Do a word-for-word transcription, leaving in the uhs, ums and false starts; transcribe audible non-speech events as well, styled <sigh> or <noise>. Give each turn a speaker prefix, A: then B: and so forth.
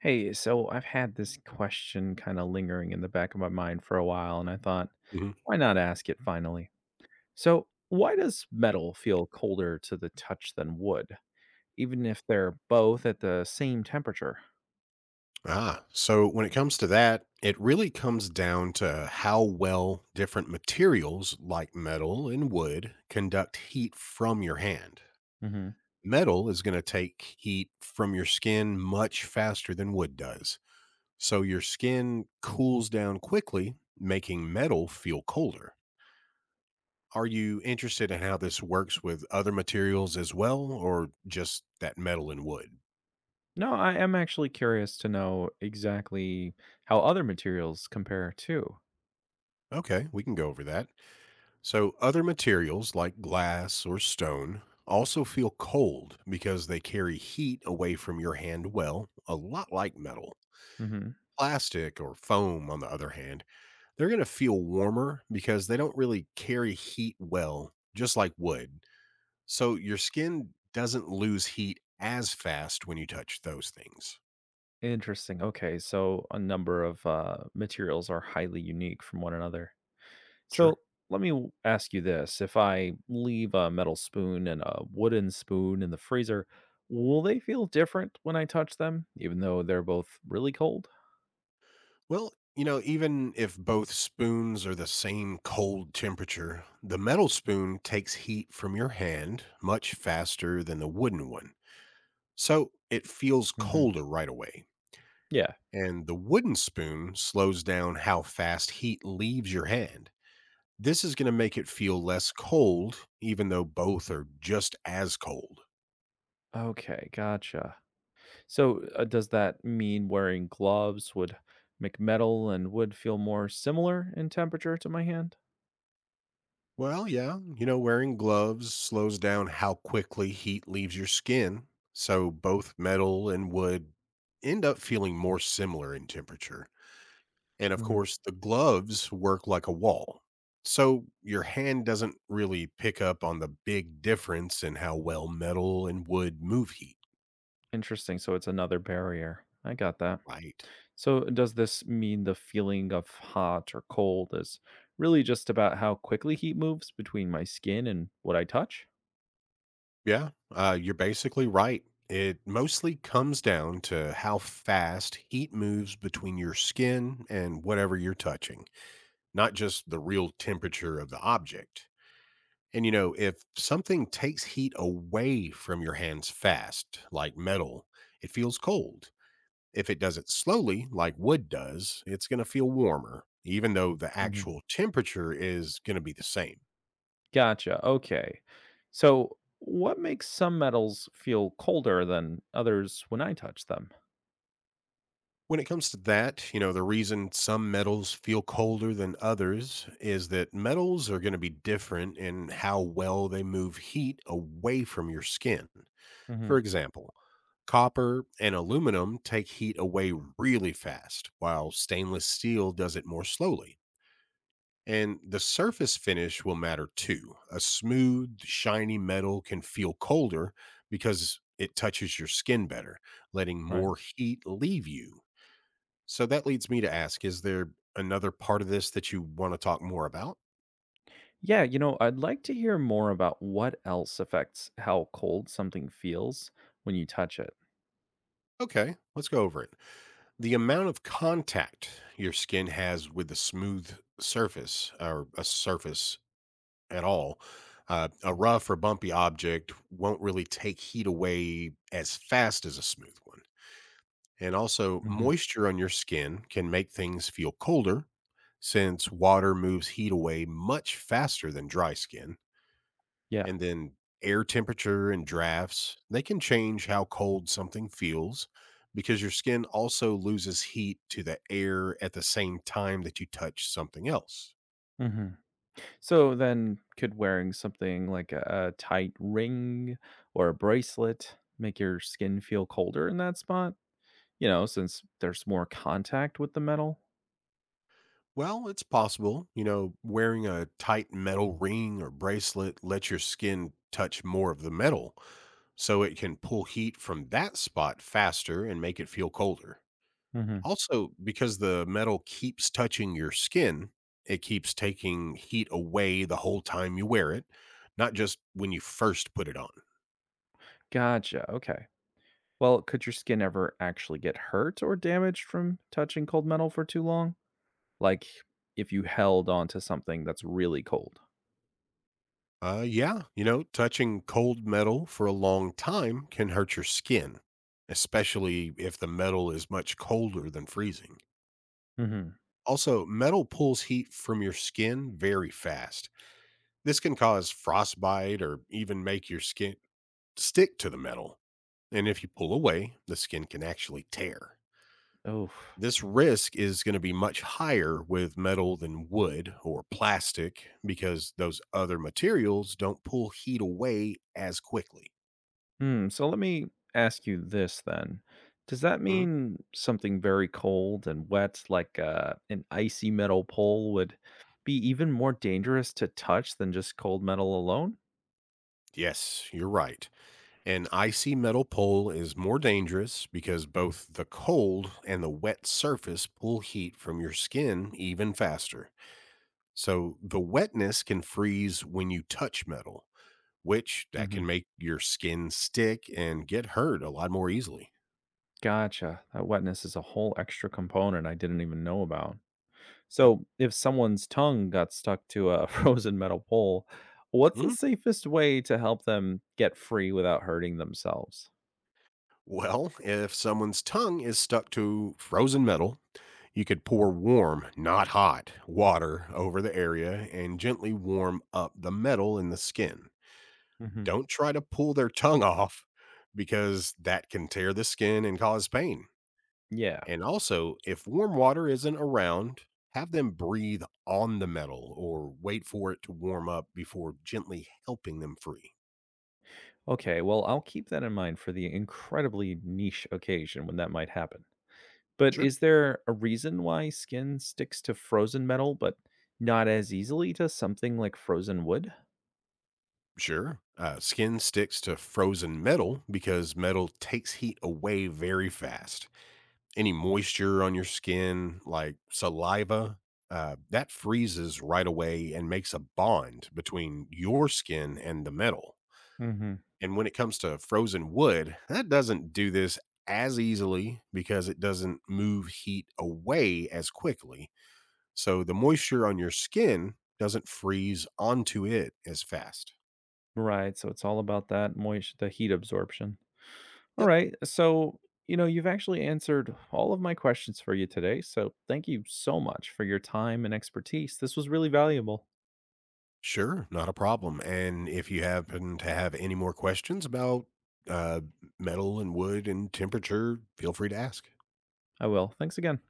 A: Hey, so I've had this question kind of lingering in the back of my mind for a while, and I thought,
B: Mhm.
A: why not ask it finally? So, why does metal feel colder to the touch than wood, even if they're both at the same temperature?
B: Ah, so when it comes to that, it really comes down to how well different materials like metal and wood conduct heat from your hand.
A: Hmm.
B: Metal is going to take heat from your skin much faster than wood does. So your skin cools down quickly, making metal feel colder. Are you interested in how this works with other materials as well, or just that metal and wood?
A: No, I am actually curious to know exactly how other materials compare too.
B: Okay, we can go over that. So, other materials like glass or stone also feel cold because they carry heat away from your hand well, a lot like metal.
A: Hmm.
B: Plastic or foam, on the other hand, they're going to feel warmer because they don't really carry heat well, just like wood. So, your skin doesn't lose heat as fast when you touch those things.
A: Interesting. Okay, so a number of uh, materials are highly unique from one another. So,
B: Sure.
A: let me w- ask you this. If I leave a metal spoon and a wooden spoon in the freezer, will they feel different when I touch them, even though they're both really cold?
B: Well, you know, even if both spoons are the same cold temperature, the metal spoon takes heat from your hand much faster than the wooden one. So it feels
A: Hmm.
B: colder right away.
A: Yeah.
B: And the wooden spoon slows down how fast heat leaves your hand. This is going to make it feel less cold, even though both are just as cold.
A: Okay. Gotcha. So uh, does that mean wearing gloves would make metal and wood feel more similar in temperature to my hand?
B: Well, yeah, you know, wearing gloves slows down how quickly heat leaves your skin, so both metal and wood end up feeling more similar in temperature. And of
A: Hmm.
B: course, the gloves work like a wall, so your hand doesn't really pick up on the big difference in how well metal and wood move heat.
A: Interesting. So it's another barrier. I got that.
B: Right.
A: So, does this mean the feeling of hot or cold is really just about how quickly heat moves between my skin and what I touch?
B: Yeah, uh, you're basically right. It mostly comes down to how fast heat moves between your skin and whatever you're touching, not just the real temperature of the object. And you know, if something takes heat away from your hands fast, like metal, it feels cold. If it does it slowly, like wood does, it's going to feel warmer, even though the
A: Hmm.
B: actual temperature is going to be the same.
A: Gotcha. Okay. So, what makes some metals feel colder than others when I touch them?
B: When it comes to that, you know, the reason some metals feel colder than others is that metals are going to be different in how well they move heat away from your skin.
A: Hmm.
B: For example, copper and aluminum take heat away really fast, while stainless steel does it more slowly. And the surface finish will matter too. A smooth, shiny metal can feel colder because it touches your skin better, letting
A: Right.
B: more heat leave you. So that leads me to ask, is there another part of this that you want to talk more about?
A: Yeah, you know, I'd like to hear more about what else affects how cold something feels when you touch it.
B: Okay, let's go over it. The amount of contact your skin has with a smooth surface or a surface at all, uh, a rough or bumpy object won't really take heat away as fast as a smooth one. And also,
A: Hmm.
B: moisture on your skin can make things feel colder since water moves heat away much faster than dry skin,
A: Yeah.
B: and then air temperature and drafts, they can change how cold something feels because your skin also loses heat to the air at the same time that you touch something else.
A: Hmm. So then, could wearing something like a, a tight ring or a bracelet make your skin feel colder in that spot? You know, since there's more contact with the metal?
B: Well, it's possible, you know, wearing a tight metal ring or bracelet lets your skin touch more of the metal, so it can pull heat from that spot faster and make it feel colder.
A: Hmm.
B: Also, because the metal keeps touching your skin, it keeps taking heat away the whole time you wear it, not just when you first put it on.
A: Gotcha. Okay. Well, could your skin ever actually get hurt or damaged from touching cold metal for too long? Like if you held onto something that's really cold?
B: Uh, yeah, you know, touching cold metal for a long time can hurt your skin, especially if the metal is much colder than freezing.
A: Hmm.
B: Also, metal pulls heat from your skin very fast. This can cause frostbite or even make your skin stick to the metal. And if you pull away, the skin can actually tear.
A: Oh.
B: This risk is going to be much higher with metal than wood or plastic because those other materials don't pull heat away as quickly.
A: Hmm, so let me ask you this then. Does that
B: Mhm.
A: mean something very cold and wet, like uh, an icy metal pole, would be even more dangerous to touch than just cold metal alone?
B: Yes, you're right. An icy metal pole is more dangerous because both the cold and the wet surface pull heat from your skin even faster. So the wetness can freeze when you touch metal, which that can
A: Hmm.
B: make your skin stick and get hurt a lot more easily.
A: Gotcha. That wetness is a whole extra component I didn't even know about.
B: Yep.
A: So, if someone's tongue got stuck to a <laughs> frozen metal pole, what's the
B: Mhm.
A: safest way to help them get free without hurting themselves?
B: Well, if someone's tongue is stuck to frozen metal, you could pour warm, not hot, water over the area and gently warm up the metal in the skin.
A: Hmm.
B: Don't try to pull their tongue <laughs> off because that can tear the skin and cause pain.
A: Yeah.
B: And also, if warm water isn't around, have them breathe on the metal or wait for it to warm up before gently helping them free.
A: Okay, well, I'll keep that in mind for the incredibly niche occasion when that might happen. But
B: Sure.
A: is there a reason why skin sticks to frozen metal, but not as easily to something like frozen wood?
B: Sure. Uh, Skin sticks to frozen metal because metal takes heat away very fast. Any moisture on your skin, like saliva, uh, that freezes right away and makes a bond between your skin and the metal.
A: Hmm.
B: And when it comes to frozen wood, that doesn't do this as easily because it doesn't move heat away as quickly. So the moisture on your skin doesn't freeze onto it as fast.
A: Right, so it's all about that moist, the heat absorption. All
B: Yep.
A: right, so, you know, you've actually answered all of my questions for you today. So thank you so much for your time and expertise. This was really valuable.
B: Sure. Not a problem. And if you happen to have any more questions about uh, metal and wood and temperature, feel free to ask.
A: I will. Thanks again.